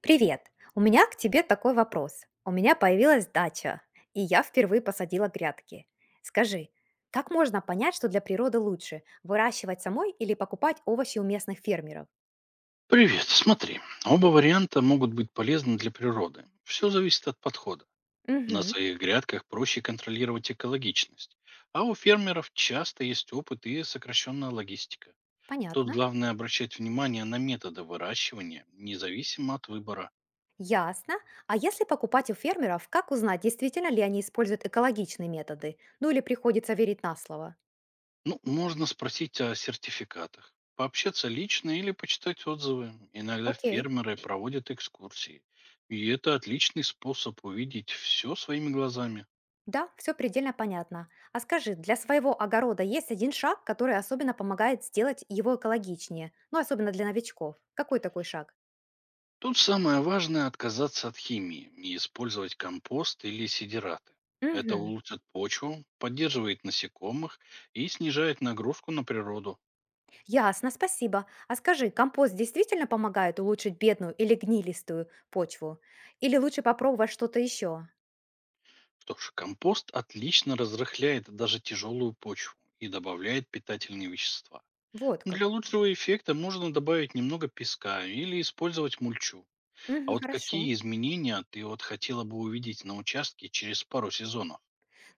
Привет! У меня к тебе такой вопрос. У меня появилась дача, и я впервые посадила грядки. Скажи, как можно понять, что для природы лучше, выращивать самой или покупать овощи у местных фермеров? Привет, смотри. Оба варианта могут быть полезны для природы. Все зависит от подхода. На Угу, своих грядках проще контролировать экологичность. А у фермеров часто есть опыт и сокращенная логистика. Тут понятно. главное обращать внимание на методы выращивания, независимо от выбора. Ясно. А если покупать у фермеров, как узнать, действительно ли они используют экологичные методы? Ну или приходится верить на слово? Ну, можно спросить о сертификатах, пообщаться лично или почитать отзывы. Иногда Окей. фермеры проводят экскурсии. И это отличный способ увидеть все своими глазами. Да, все предельно понятно. А скажи, для своего огорода есть один шаг, который особенно помогает сделать его экологичнее, ну особенно для новичков. Какой такой шаг? Тут самое важное– отказаться от химии и использовать компост или сидираты. Это Мгм. улучшит почву, поддерживает насекомых и снижает нагрузку на природу. Ясно, спасибо. А скажи, компост действительно помогает улучшить бедную или гнилистую почву? Или лучше попробовать что-то еще? Что ж, компост отлично разрыхляет даже тяжелую почву и добавляет питательные вещества. Вот как. Для лучшего эффекта можно добавить немного песка или использовать мульчу. А Мгм, вот хорошо. какие изменения ты вот хотела бы увидеть на участке через пару сезонов?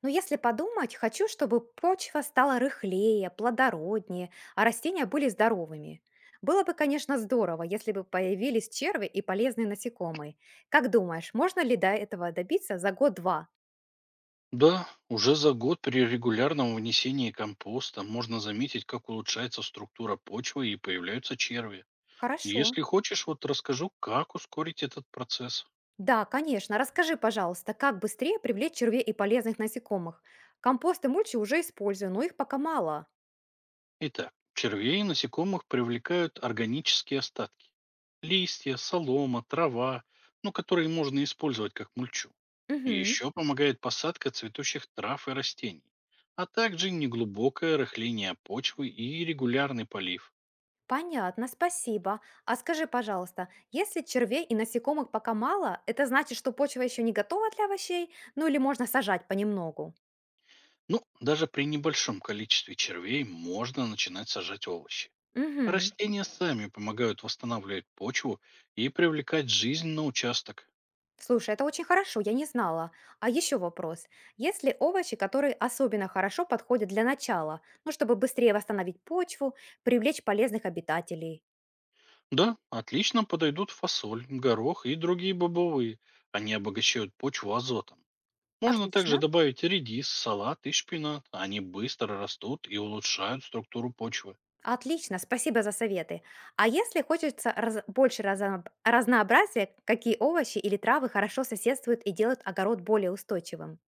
Но если подумать, хочу, чтобы почва стала рыхлее, плодороднее, а растения были здоровыми. Было бы, конечно, здорово, если бы появились черви и полезные насекомые. Как думаешь, можно ли до этого добиться за год-два? Да, уже за год при регулярном внесении компоста можно заметить, как улучшается структура почвы и появляются черви. Хорошо. Если хочешь, вот расскажу, как ускорить этот процесс. Да, конечно. Расскажи, пожалуйста, как быстрее привлечь червей и полезных насекомых? Компост и мульчи уже использую, но их пока мало. Итак, червей и насекомых привлекают органические остатки. Листья, солома, трава, ну, которые можно использовать как мульчу. Мгм. Еще помогает посадка цветущих трав и растений, а также неглубокое рыхление почвы и регулярный полив. Понятно, спасибо. А скажи, пожалуйста, если червей и насекомых пока мало, это значит, что почва еще не готова для овощей? Ну или можно сажать понемногу? Ну, даже при небольшом количестве червей можно начинать сажать овощи. Угу. Растения сами помогают восстанавливать почву и привлекать жизнь на участок. Слушай, это очень хорошо, я не знала. А еще вопрос. Есть ли овощи, которые особенно хорошо подходят для начала, ну, чтобы быстрее восстановить почву, привлечь полезных обитателей? Да, отлично подойдут фасоль, горох и другие бобовые. Они обогащают почву азотом. Можно также Отлично. добавить редис, салат и шпинат. Они быстро растут и улучшают структуру почвы. Отлично, спасибо за советы. А если хочется больше разнообразия, какие овощи или травы хорошо соседствуют и делают огород более устойчивым?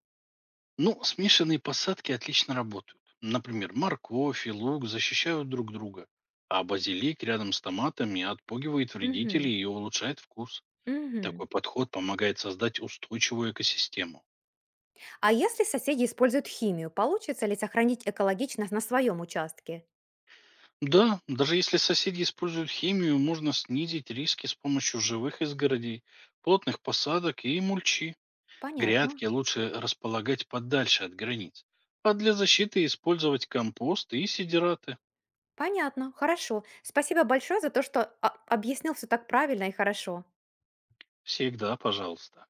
Ну, смешанные посадки отлично работают. Например, морковь и лук защищают друг друга, а базилик рядом с томатами отпугивает Мгм. вредителей и улучшает вкус. Мгм. Такой подход помогает создать устойчивую экосистему. А если соседи используют химию, получится ли сохранить экологичность на своем участке? Да, даже если соседи используют химию, можно снизить риски с помощью живых изгородей, плотных посадок и мульчи. Понятно. Грядки лучше располагать подальше от границ, а для защиты использовать компост и сидираты. Понятно. Хорошо. Спасибо большое за то, что объяснил все так правильно и хорошо. Всегда пожалуйста.